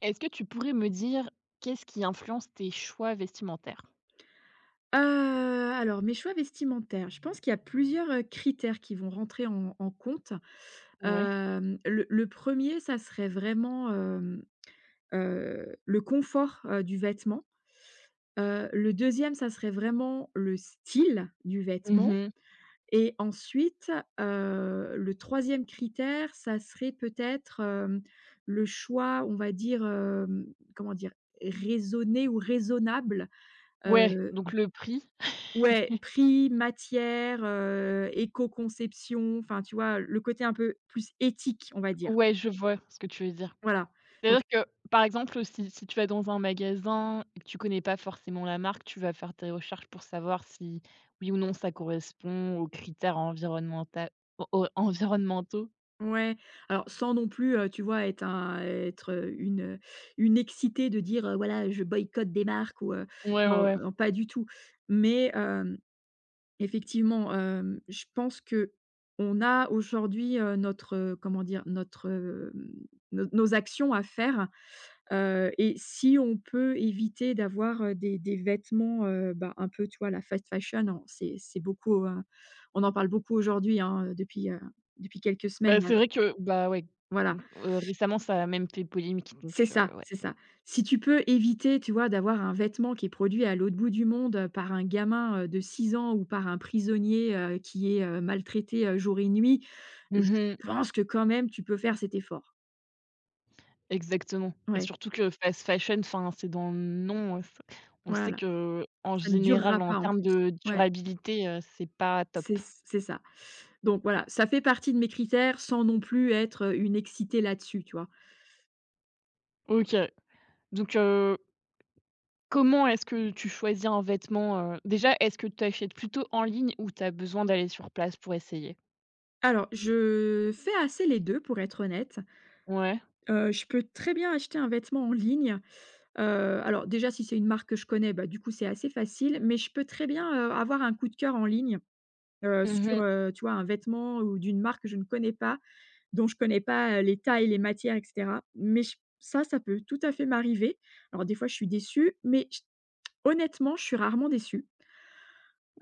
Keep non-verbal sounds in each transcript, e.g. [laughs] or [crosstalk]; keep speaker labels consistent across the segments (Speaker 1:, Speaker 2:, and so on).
Speaker 1: Est-ce que tu pourrais me dire qu'est-ce qui influence tes choix vestimentaires?
Speaker 2: Heu, alors mes choix vestimentaires, je pense qu'il y a plusieurs, critères qui vont rentrer en compte.
Speaker 1: Ouais.
Speaker 2: Le 1 ça serait vraiment, le confort, du vêtement. Le deuxième, ça serait vraiment le style du vêtement.
Speaker 1: Mmh.
Speaker 2: Et ensuite, le troisième critère, ça serait peut-être, le choix, on va dire, comment dire? Raisonné ou raisonnable.
Speaker 1: Ouais, donc le prix.
Speaker 2: Ouais, prix, matière, éco-conception, enfin, tu vois? Le côté un peu plus éthique, on va dire.
Speaker 1: Ouais, je vois ce que tu veux dire.
Speaker 2: Voilà,
Speaker 1: C'est-à-dire
Speaker 2: donc
Speaker 1: que, par exemple, si tu vas dans un magasin et que tu connais pas forcément la marque, tu vas faire tes recherches pour savoir si, oui ou non, ça correspond aux critères environnementa o o environnementaux.
Speaker 2: ouais, alors sans non plus, tu vois? Être un être, une excitée de dire: «Voilà, je boycotte des marques» ou
Speaker 1: Ouais, ouais,
Speaker 2: non,
Speaker 1: ouais.
Speaker 2: non, pas du tout. Mais effectivement, je pense que on a aujourd'hui, notre, comment dire? Notre, nos actions à faire. Et si on peut éviter d'avoir, des vêtements, bah, un peu, tu vois, la fast fashion, alors c'est beaucoup, on en parle beaucoup aujourd'hui, hein, depuis quelques
Speaker 1: Bah,
Speaker 2: semaines, là.
Speaker 1: c'est vrai que, bah, ouais,
Speaker 2: Voilà,
Speaker 1: mmh, récemment, ça a même fait polémique
Speaker 2: c'est
Speaker 1: donc
Speaker 2: ça,
Speaker 1: ouais.
Speaker 2: c'est ça. Si tu peux éviter, tu vois, d'avoir un vêtement qui est produit à l'autre bout du monde, par un gamin, de 6 ans ou par un prisonnier, qui est, maltraité, jour et nuit, je
Speaker 1: Mmh.
Speaker 2: pense que quand même tu peux faire cet effort.
Speaker 1: Exactement.
Speaker 2: Ouais,
Speaker 1: Surtout que fast fashion, enfin, c'est dans le nom, s on sait
Speaker 2: voilà,
Speaker 1: que en
Speaker 2: ça ne durera
Speaker 1: général, en
Speaker 2: pas en
Speaker 1: termes
Speaker 2: plus.
Speaker 1: de
Speaker 2: Ouais.
Speaker 1: durabilité, c'est pas top.
Speaker 2: C'est ça. Donc voilà, ça fait partie de mes critères sans non plus être, une excitée là-dessus, tu vois?
Speaker 1: OK, donc comment est-ce que tu choisis un vêtement, heu? Déjà, est-ce que tu achètes plutôt en ligne ou tu as besoin d'aller sur place pour essayer?
Speaker 2: Alors je fais assez les 2 pour être honnête.
Speaker 1: Ouais.
Speaker 2: Je peux très bien acheter un vêtement en ligne. Alors déjà, si c'est une marque que je connais, bah, du coup c'est assez facile, mais je peux très bien, avoir un coup de cœur en ligne, sur,
Speaker 1: Mmh.
Speaker 2: tu vois, un vêtement ou d'une marque que je ne connais pas, dont je connais pas, les tailles, les matières et cetera. Mais j Ça, ça peut tout à fait m'arriver. Alors des fois je suis déçue, mais j honnêtement je suis rarement déçue.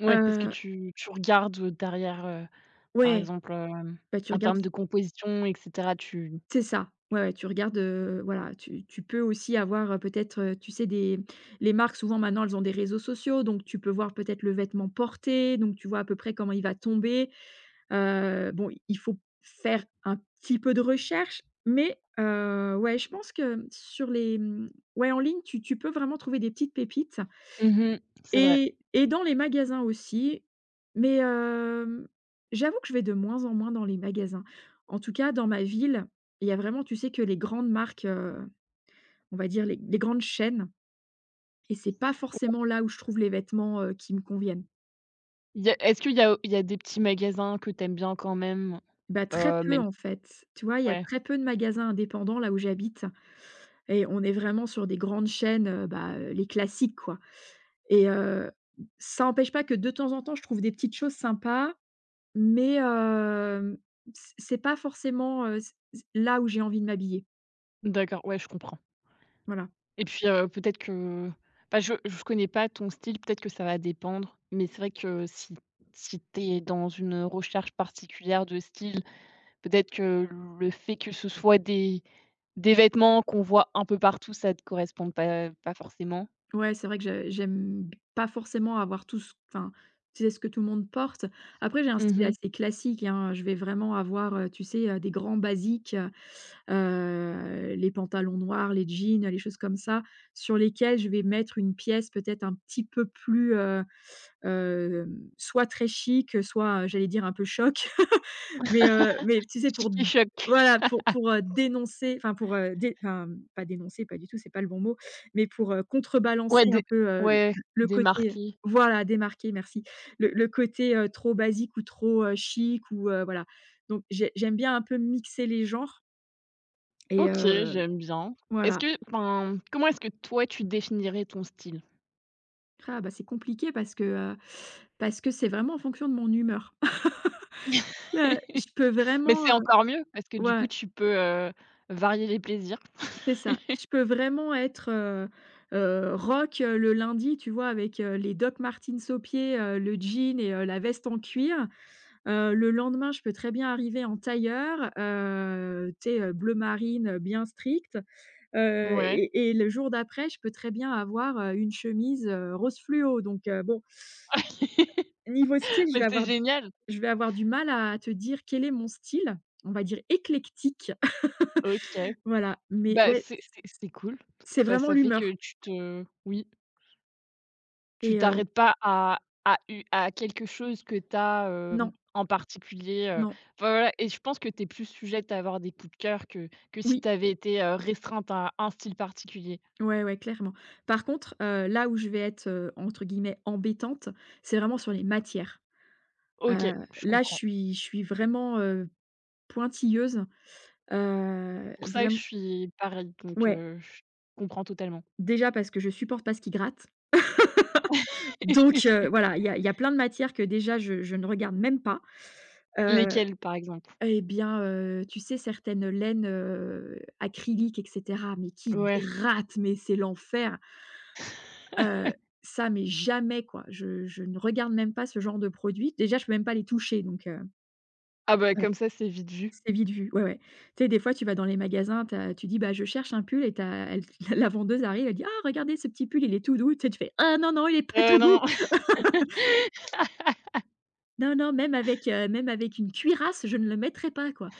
Speaker 1: Ouais, parce que
Speaker 2: Heu
Speaker 1: tu regardes, derrière, par
Speaker 2: Ouais,
Speaker 1: exemple, hem,
Speaker 2: bah, tu
Speaker 1: en
Speaker 2: regardes.
Speaker 1: termes de composition et cetera, tu
Speaker 2: C'est ça. Ouais, ouais, tu regardes, voilà, tu peux aussi avoir, peut-être, tu sais, des les marques souvent maintenant, elles ont des réseaux sociaux, donc tu peux voir peut-être le vêtement porté, donc tu vois à peu près comment il va tomber. Bon, il faut faire un petit peu de recherche, mais ouais, je pense que sur les, ouais, en ligne, tu peux vraiment trouver des petites pépites.
Speaker 1: mmh, c'est vrai.
Speaker 2: Et dans les magasins aussi, mais j'avoue que je vais de moins en moins dans les magasins. En tout cas, dans ma ville, il y a vraiment, tu sais, que les grandes marques, on va dire les grandes chaînes, et c'est pas forcément là où je trouve les vêtements, qui me conviennent.
Speaker 1: Y a Est-ce qu'il y a des petits magasins que tu aimes bien quand même?
Speaker 2: Bah, très peu
Speaker 1: Même si
Speaker 2: en fait. Tu vois, il y a
Speaker 1: ouais,
Speaker 2: très peu de magasins indépendants là où j'habite, et on est vraiment sur des grandes chaînes, bah, les classiques, quoi, et ça n'empêche pas que de temps en temps, je trouve des petites choses sympas. Mais c'est pas forcément, c c là où j'ai envie de m'habiller,
Speaker 1: d'accord, ouais, je comprends
Speaker 2: voilà.
Speaker 1: et puis, peut-être que bah, je connais pas ton style, peut-être que ça va dépendre, mais c'est vrai que si si tu es dans une recherche particulière de style, peut-être que le fait que ce soit des vêtements qu'on voit un peu partout, ça te corresponde pas forcément.
Speaker 2: Ouais, c'est vrai que je j'aime b pas forcément avoir tout ce enfin, tu sais, ce que tout le monde porte. Après, j'ai un
Speaker 1: Mmh
Speaker 2: style
Speaker 1: mh.
Speaker 2: assez classique, hein, je vais vraiment avoir, tu sais, des grands basiques, les pantalons noirs, les jeans, les choses comme ça, sur lesquels je vais mettre une pièce peut-être un petit peu plus, soit très chic, soit, j'allais dire, un peu choc. Mais tu sais, pour
Speaker 1: Chic
Speaker 2: d
Speaker 1: et choc.
Speaker 2: voilà, pour dénoncer, enfin pour, dé enfin, pas dénoncer, pas du tout, c'est pas le bon mot, mais pour,
Speaker 1: Ouais,
Speaker 2: contrebalancer
Speaker 1: des
Speaker 2: un peu, le
Speaker 1: ouais,
Speaker 2: le côté,
Speaker 1: démarqué.
Speaker 2: voilà, démarquer, merci. Le côté, trop basique ou trop, chic, ou voilà. Donc j'aime bien un peu mixer les genres, et
Speaker 1: OK, j'aime bien. Est-ce
Speaker 2: voilà.
Speaker 1: que enfin, comment est-ce que toi, tu définirais ton style?
Speaker 2: Ah bah, c'est compliqué parce que c'est vraiment en fonction de mon humeur. [laughs] Je
Speaker 1: [laughs]
Speaker 2: peux
Speaker 1: Mais
Speaker 2: vraiment,
Speaker 1: c'est encore mieux parce que du coup
Speaker 2: ouais.
Speaker 1: tu peux, varier les plaisirs.
Speaker 2: C'est ça. Je
Speaker 1: [laughs]
Speaker 2: peux vraiment être, rock, le lundi, tu vois? Avec, les Doc Martens aux pieds, le jean, et la veste en cuir. Le lendemain, je peux très bien arriver en tailleur, tu sais, bleu marine, bien strict.
Speaker 1: Ouais.
Speaker 2: Et le jour d'après, je peux très bien avoir, une chemise, rose fluo. Donc bon, niveau style,
Speaker 1: [laughs] Mais c'est génial!
Speaker 2: je vais avoir du mal à te dire quel est mon style. On va dire éclectique.
Speaker 1: OK.
Speaker 2: [laughs] Voilà, mais
Speaker 1: Bah,
Speaker 2: ouais,
Speaker 1: c'est c'est cool.
Speaker 2: c'est
Speaker 1: Bah,
Speaker 2: vraiment
Speaker 1: ça fait que
Speaker 2: l'humeur,
Speaker 1: tu te oui, tu
Speaker 2: et
Speaker 1: t'arrêtes pas à à u à quelque chose que tu as,
Speaker 2: non,
Speaker 1: en particulier,
Speaker 2: non.
Speaker 1: enfin voilà et je pense que tu es plus sujette à avoir des coups de cœur que si tu
Speaker 2: Oui,
Speaker 1: avais été, restreinte à un style particulier.
Speaker 2: ouais, ouais, clairement. Par contre, là où je vais être, entre guillemets «embêtante», c'est vraiment sur les matières.
Speaker 1: OK,
Speaker 2: Heu,
Speaker 1: je
Speaker 2: Là, je
Speaker 1: comprends.
Speaker 2: suis je suis vraiment, pointilleuse,
Speaker 1: Pour ça,
Speaker 2: vraim
Speaker 1: je suis pareil, donc
Speaker 2: ouais,
Speaker 1: je comprends totalement.
Speaker 2: déjà parce que je supporte pas ce qui gratte. Donc
Speaker 1: [laughs]
Speaker 2: voilà, il y a plein de matières que déjà je ne regarde même pas. Heu
Speaker 1: Lesquels, par exemple?
Speaker 2: et bien, tu sais, certaines laines, acryliques et cetera, mais qui
Speaker 1: Ouais.
Speaker 2: grattent, mais c'est l'enfer. Heu, Ça, mais jamais, quoi. Je ne regarde même pas ce genre de produit. Déjà, je peux même pas les toucher, donc
Speaker 1: Ah bah,
Speaker 2: voilà,
Speaker 1: comme ça, c'est vite vu.
Speaker 2: c'est vite vu. Ouais, ouais. Tu sais, des fois, tu vas dans les magasins, tu dis: «Bah, je cherche un pull», et tu as elle [laughs] la vendeuse arrive, elle dit: «Ah, regardez ce petit pull, il est tout doux». Tu sais, tu fais: «Ah non, non, il est pas tout doux».
Speaker 1: Non. [laughs]
Speaker 2: Non, non, même avec une cuirasse, je ne le mettrais pas, quoi.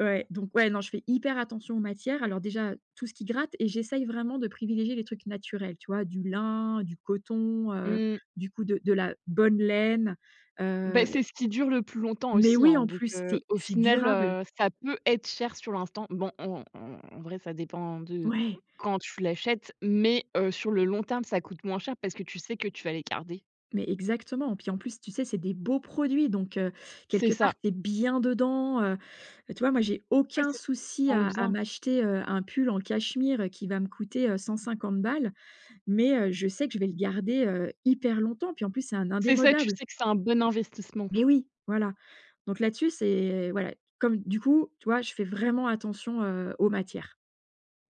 Speaker 2: Ouais, donc ouais, non, je fais hyper attention aux matières. Alors déjà, tout ce qui gratte, et j'essaye vraiment de privilégier les trucs naturels, tu vois? Du lin, du coton,
Speaker 1: Mmh.
Speaker 2: du coup, de la bonne laine,
Speaker 1: Bah,
Speaker 2: heu
Speaker 1: c'est ce qui dure le plus longtemps
Speaker 2: mais
Speaker 1: aussi,
Speaker 2: oui,
Speaker 1: hein,
Speaker 2: en
Speaker 1: donc
Speaker 2: plus, c'est
Speaker 1: au
Speaker 2: c'est
Speaker 1: final,
Speaker 2: durable.
Speaker 1: ça peut être cher sur l'instant. Bon, en vrai, ça dépend de
Speaker 2: Ouais.
Speaker 1: quand tu l'achètes, mais sur le long terme, ça coûte moins cher parce que tu sais que tu vas les garder.
Speaker 2: Mais exactement, puis en plus, tu sais, c'est des beaux produits, donc
Speaker 1: C'est
Speaker 2: quelque
Speaker 1: ça.
Speaker 2: part, tu es bien dedans, tu vois? Moi, j'ai
Speaker 1: Ouais,
Speaker 2: aucun
Speaker 1: c'est tu te
Speaker 2: souci
Speaker 1: sens
Speaker 2: à
Speaker 1: bien.
Speaker 2: m'acheter, un pull en cachemire, qui va me coûter, 150 balles, mais je sais que je vais le garder, hyper longtemps, puis en plus, c'est un
Speaker 1: C'est ça, tu
Speaker 2: indémodable.
Speaker 1: sais que c'est un bon investissement.
Speaker 2: Mais oui, voilà, donc là-dessus, c'est voilà, comme du coup, tu vois, je fais vraiment attention, aux matières.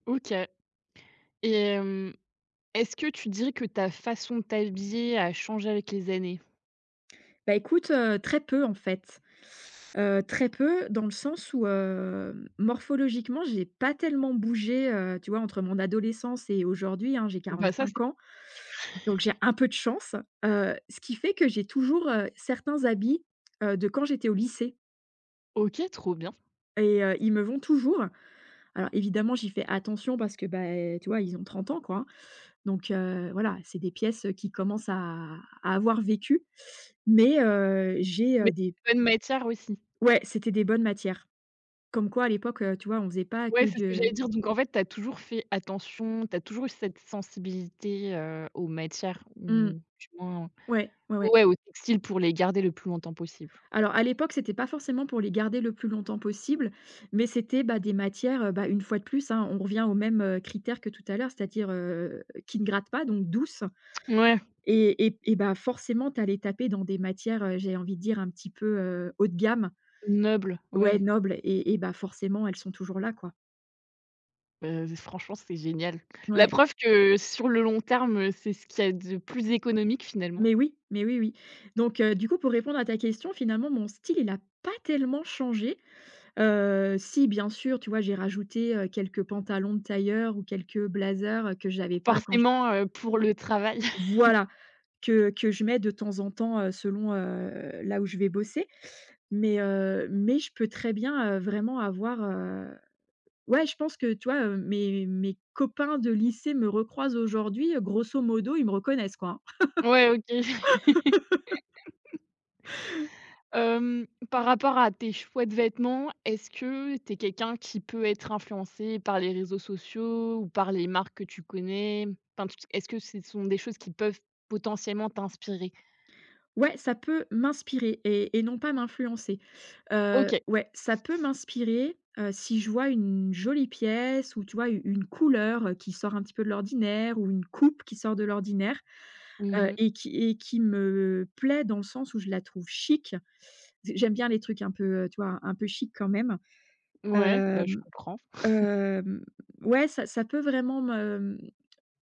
Speaker 1: OK et hem, est-ce que tu dirais que ta façon de t'habiller a changé avec les années?
Speaker 2: Bah, écoute, très peu en fait. Très peu dans le sens où, morphologiquement, j'ai pas tellement bougé, tu vois? Entre mon adolescence et aujourd'hui, hein, j'ai
Speaker 1: Bah, ça,
Speaker 2: cinq
Speaker 1: c'est
Speaker 2: ans, donc j'ai un peu de chance, ce qui fait que j'ai toujours, certains habits, de quand j'étais au lycée,
Speaker 1: OK, trop bien.
Speaker 2: et ils me vont toujours. Alors évidemment, j'y fais attention parce que, bah, tu vois? Ils ont 30 ans, quoi, hein, donc voilà, c'est des pièces qui commencent à avoir vécu, mais j'ai,
Speaker 1: Mais
Speaker 2: des
Speaker 1: c'est bonne matière aussi.
Speaker 2: ouais, c'était des bonnes matières. Comme quoi, à l'époque, tu vois, on faisait pas que
Speaker 1: Ouais, c'est ce que j'allais
Speaker 2: de
Speaker 1: dire. Donc en fait, tu as toujours fait attention, tu as toujours eu cette sensibilité, aux matières
Speaker 2: mmh,
Speaker 1: ou du moins
Speaker 2: ouais, ouais, ouais.
Speaker 1: ouais, aux textiles pour les garder le plus longtemps possible.
Speaker 2: Alors à l'époque, c'était pas forcément pour les garder le plus longtemps possible, mais c'était, bah, des matières, bah, une fois de plus, hein, on revient aux mêmes, critères que tout à l'heure, c'est-à-dire, qui ne grattent pas, donc douces,
Speaker 1: Ouais,
Speaker 2: et bah, forcément tu allais taper dans des matières, j'ai envie de dire un petit peu, haut de gamme.
Speaker 1: noble,
Speaker 2: Ouais,
Speaker 1: ouais.
Speaker 2: nobles, et bah, forcément elles sont toujours là, quoi.
Speaker 1: Bah, franchement, c'est génial. La
Speaker 2: Ouais.
Speaker 1: preuve que sur le long terme, c'est ce qu'il y a de plus économique finalement.
Speaker 2: Mais oui, oui. Donc du coup, pour répondre à ta question, finalement, mon style, il a pas tellement changé. Si, bien sûr, tu vois, j'ai rajouté, quelques pantalons de tailleur ou quelques blazers, que j'avais pas quand j'ai
Speaker 1: Forcément, pour le travail.
Speaker 2: voilà, que je mets de temps en temps, selon, là où je vais bosser. Mais je peux très bien, vraiment avoir, ouais, je pense que, tu vois, mes copains de lycée me recroisent aujourd'hui, grosso modo, ils me reconnaissent, quoi, hein.
Speaker 1: Ouais, OK. Hem, par rapport à tes choix de vêtements, est-ce que tu es quelqu'un qui peut être influencé par les réseaux sociaux ou par les marques que tu connais? Enfin, tu est-ce que ce sont des choses qui peuvent potentiellement t'inspirer?
Speaker 2: Ouais, ça peut m'inspirer, et non pas m'influencer.
Speaker 1: OK.
Speaker 2: Ouais, ça peut m'inspirer, si je vois une jolie pièce, ou tu vois, u une couleur, qui sort un petit peu de l'ordinaire, ou une coupe qui sort de l'ordinaire,
Speaker 1: Mmh.
Speaker 2: et qui me plaît dans le sens où je la trouve chic. J'aime bien les trucs un peu, tu vois, un peu chic quand même.
Speaker 1: Ouais, bah, je
Speaker 2: Hem,
Speaker 1: comprends.
Speaker 2: hem, ouais, ça peut vraiment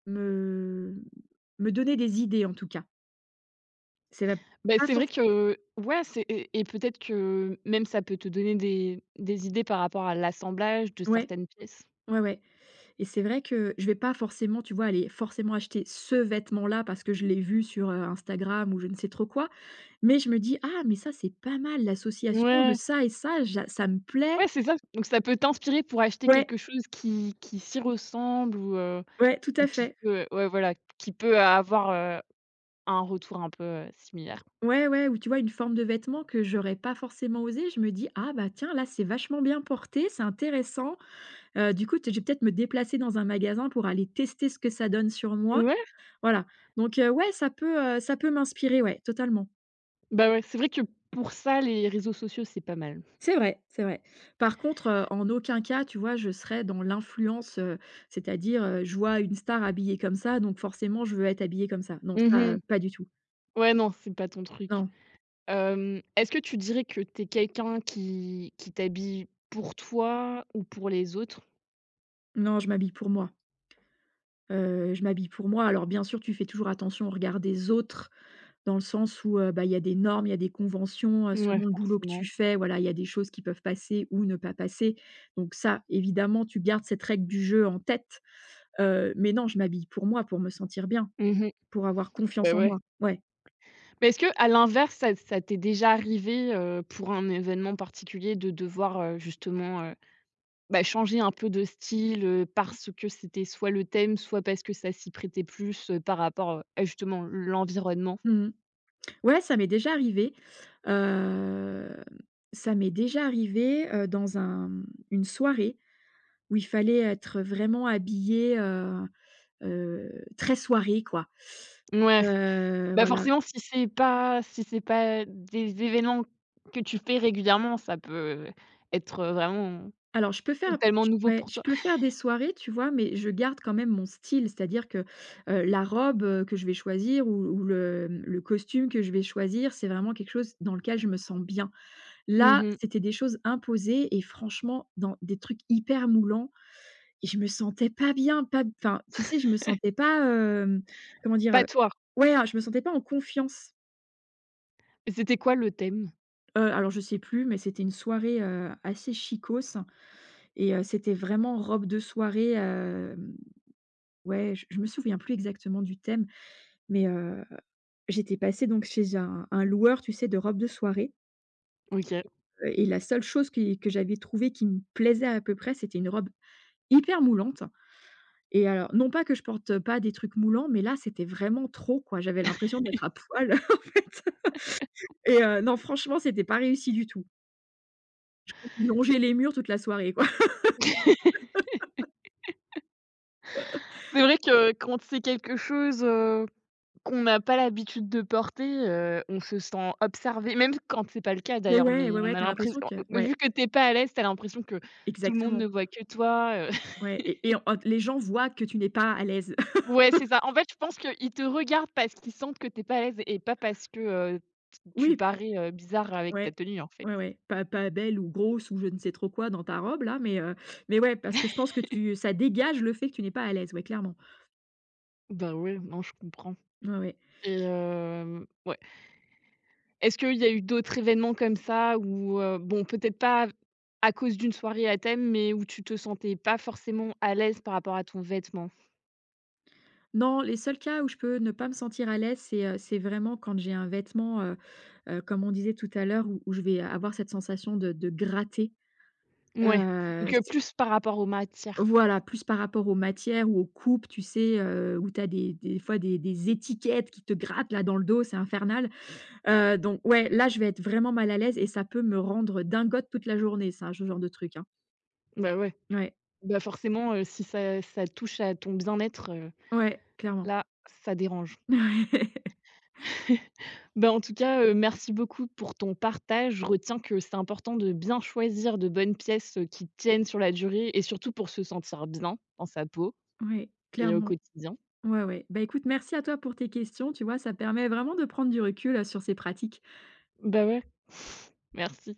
Speaker 2: me me donner des idées, en tout cas. C'est la
Speaker 1: Bah,
Speaker 2: pas
Speaker 1: c'est vrai
Speaker 2: forc
Speaker 1: que ouais, c'est et peut-être que même ça peut te donner des idées par rapport à l'assemblage de
Speaker 2: Ouais,
Speaker 1: certaines pièces.
Speaker 2: ouais, ouais. Et c'est vrai que je vais pas forcément, tu vois, aller forcément acheter ce vêtement-là parce que je l'ai vu sur, Instagram ou je ne sais trop quoi, mais je me dis: «Ah mais ça, c'est pas mal l'association de
Speaker 1: Ouais,
Speaker 2: ça et ça, ja ça me plaît».
Speaker 1: ouais, c'est ça. Donc ça peut t'inspirer pour acheter
Speaker 2: Ouais,
Speaker 1: quelque chose qui s'y ressemble ou
Speaker 2: ouais, tout à
Speaker 1: qui
Speaker 2: fait.
Speaker 1: peut ouais, voilà, qui peut avoir, un retour un peu, similaire.
Speaker 2: Ouais, ouais, ou tu vois, une forme de vêtement que j'aurais pas forcément osé, je me dis: «Ah bah tiens, là, c'est vachement bien porté, c'est intéressant». Du coup, t je vais peut-être me déplacer dans un magasin pour aller tester ce que ça donne sur moi.
Speaker 1: Ouais,
Speaker 2: Voilà, donc ouais, ça peut m'inspirer, ouais, totalement.
Speaker 1: bah, ouais, c'est vrai que pour ça, les réseaux sociaux, c'est pas mal.
Speaker 2: C'est vrai, c'est vrai. Par contre, en aucun cas, tu vois, je serais dans l'influence, c'est-à-dire, je vois une star habillée comme ça, donc forcément je veux être habillée comme ça. Non,
Speaker 1: Mmh
Speaker 2: ça,
Speaker 1: mh.
Speaker 2: pas du tout.
Speaker 1: Ouais, non, c'est pas ton truc.
Speaker 2: Non,
Speaker 1: Hem, est-ce que tu dirais que tu es quelqu'un qui t'habille pour toi ou pour les autres?
Speaker 2: non, je m'habille pour moi. Je m'habille pour moi. Alors bien sûr, tu fais toujours attention au regard des autres, dans le sens où, bah, il y a des normes, il y a des conventions,
Speaker 1: Ouais,
Speaker 2: selon le boulot que
Speaker 1: forcément.
Speaker 2: tu fais, voilà, il y a des choses qui peuvent passer ou ne pas passer. Donc ça, évidemment, tu gardes cette règle du jeu en tête, mais non, je m'habille pour moi, pour me sentir bien,
Speaker 1: Mmh mh.
Speaker 2: pour avoir
Speaker 1: Bah,
Speaker 2: confiance en
Speaker 1: ouais.
Speaker 2: moi. Ouais.
Speaker 1: Mais est-ce qu'à l'inverse, ça t'est déjà arrivé, pour un événement particulier de devoir, justement, bah, changer un peu de style, parce que c'était soit le thème, soit parce que ça s'y prêtait plus, par rapport, à justement l'environnement.
Speaker 2: Mmh. Ouais, ça m'est déjà arrivé. Hem, ça m'est déjà arrivé, dans un, mmh, une soirée où il fallait être vraiment habillé, heu, très soirée, quoi.
Speaker 1: Ouais, bah,
Speaker 2: Voilà.
Speaker 1: forcément si c'est pas des événements que tu fais régulièrement, ça peut être, vraiment
Speaker 2: Alors je peux faire
Speaker 1: totalement
Speaker 2: j
Speaker 1: nouveau
Speaker 2: ouais,
Speaker 1: pour
Speaker 2: je
Speaker 1: toi.
Speaker 2: peux faire des soirées, tu vois? Mais je garde quand même mon style, c'est-à-dire que, la robe, que je vais choisir ou le, mmh, le costume que je vais choisir, c'est vraiment quelque chose dans lequel je me sens bien. Là,
Speaker 1: Mmh.
Speaker 2: c'était des choses imposées et franchement, dans des trucs hyper moulants et je me sentais pas bien, pas enfin, tu sais, je me sentais pas, comment dire?
Speaker 1: Pas toi.
Speaker 2: Ouais, hein, je me sentais pas en confiance.
Speaker 1: C'était quoi le thème?
Speaker 2: Alors je sais plus, mais c'était une soirée, assez chicose et c'était vraiment robe de soirée, hem, ouais, je me souviens plus exactement du thème, mais j'étais passée donc chez un loueur, tu sais, de robes de soirée,
Speaker 1: OK.
Speaker 2: et la seule chose qui que j'avais trouvée qui me plaisait à peu près, c'était une robe hyper moulante. Et alors non pas que je porte, pas des trucs moulants, mais là, c'était vraiment trop, quoi. J'avais l'impression d'être à poil, [laughs] en fait et non, franchement, c'était pas réussi du tout. Je crois que j'ai longé les murs toute la soirée, quoi. [laughs]
Speaker 1: C'est vrai que quand c'est quelque chose qu'on n'a pas l'habitude de porter, on se sent observé, même quand c'est pas le cas
Speaker 2: Mais
Speaker 1: d'ailleurs,
Speaker 2: ouais,
Speaker 1: mais
Speaker 2: ouais,
Speaker 1: on
Speaker 2: ouais,
Speaker 1: a
Speaker 2: t'as
Speaker 1: l'impress
Speaker 2: l'impression que ouais,
Speaker 1: vu que tu es pas à l'aise, tu as l'impression que tout le monde ne
Speaker 2: exactement,
Speaker 1: voit que toi, [laughs]
Speaker 2: ouais et en les gens voient que tu n'es pas à l'aise. [laughs]
Speaker 1: ouais, c'est ça. En fait, je pense qu'ils te regardent parce qu'ils sentent que tu es pas à l'aise et pas parce que, heu, t tu
Speaker 2: Oui,
Speaker 1: parais, bizarre avec ta
Speaker 2: ouais.
Speaker 1: tenue, en fait.
Speaker 2: Ouais, ouais, pas pas belle ou grosse ou je ne sais trop quoi dans ta robe là, mais ouais, parce que je pense que tu ça dégage le fait que tu n'es pas à l'aise, ouais, clairement.
Speaker 1: Bah, ouais, non, je comprends
Speaker 2: Ouais, ouais.
Speaker 1: et hem, ouais. Est-ce qu'il y a eu d'autres événements comme ça où, bon, peut-être pas à cause d'une soirée à thème, mais où tu te sentais pas forcément à l'aise par rapport à ton vêtement?
Speaker 2: Non, les seuls cas où je peux ne pas me sentir à l'aise, c'est vraiment quand j'ai un vêtement, comme on disait tout à l'heure, où je vais avoir cette sensation de gratter.
Speaker 1: Ouais, donc
Speaker 2: C
Speaker 1: plus par rapport aux matières.
Speaker 2: Voilà, plus par rapport aux matières ou aux coupes, tu sais, où tu as des fois des étiquettes qui te grattent là dans le dos, c'est infernal. Donc ouais, là, je vais être vraiment mal à l'aise et ça peut me rendre dingote toute la journée, ça, ce genre de truc, hein.
Speaker 1: Bah, ouais,
Speaker 2: Ouais,
Speaker 1: bah, forcément, si ça touche à ton bien-être,
Speaker 2: ouais, clairement.
Speaker 1: là, ça dérange.
Speaker 2: [laughs]
Speaker 1: [laughs] Bah, en tout cas, merci beaucoup pour ton partage. Je retiens que c'est important de bien choisir de bonnes pièces, qui tiennent sur la durée et surtout pour se sentir bien dans sa peau
Speaker 2: Ouais, ouais,
Speaker 1: et au
Speaker 2: clairement.
Speaker 1: quotidien.
Speaker 2: Ouais, ouais. Bah, écoute, merci à toi pour tes questions, tu vois? Ça permet vraiment de prendre du recul, sur ces pratiques.
Speaker 1: Bah, ouais, merci.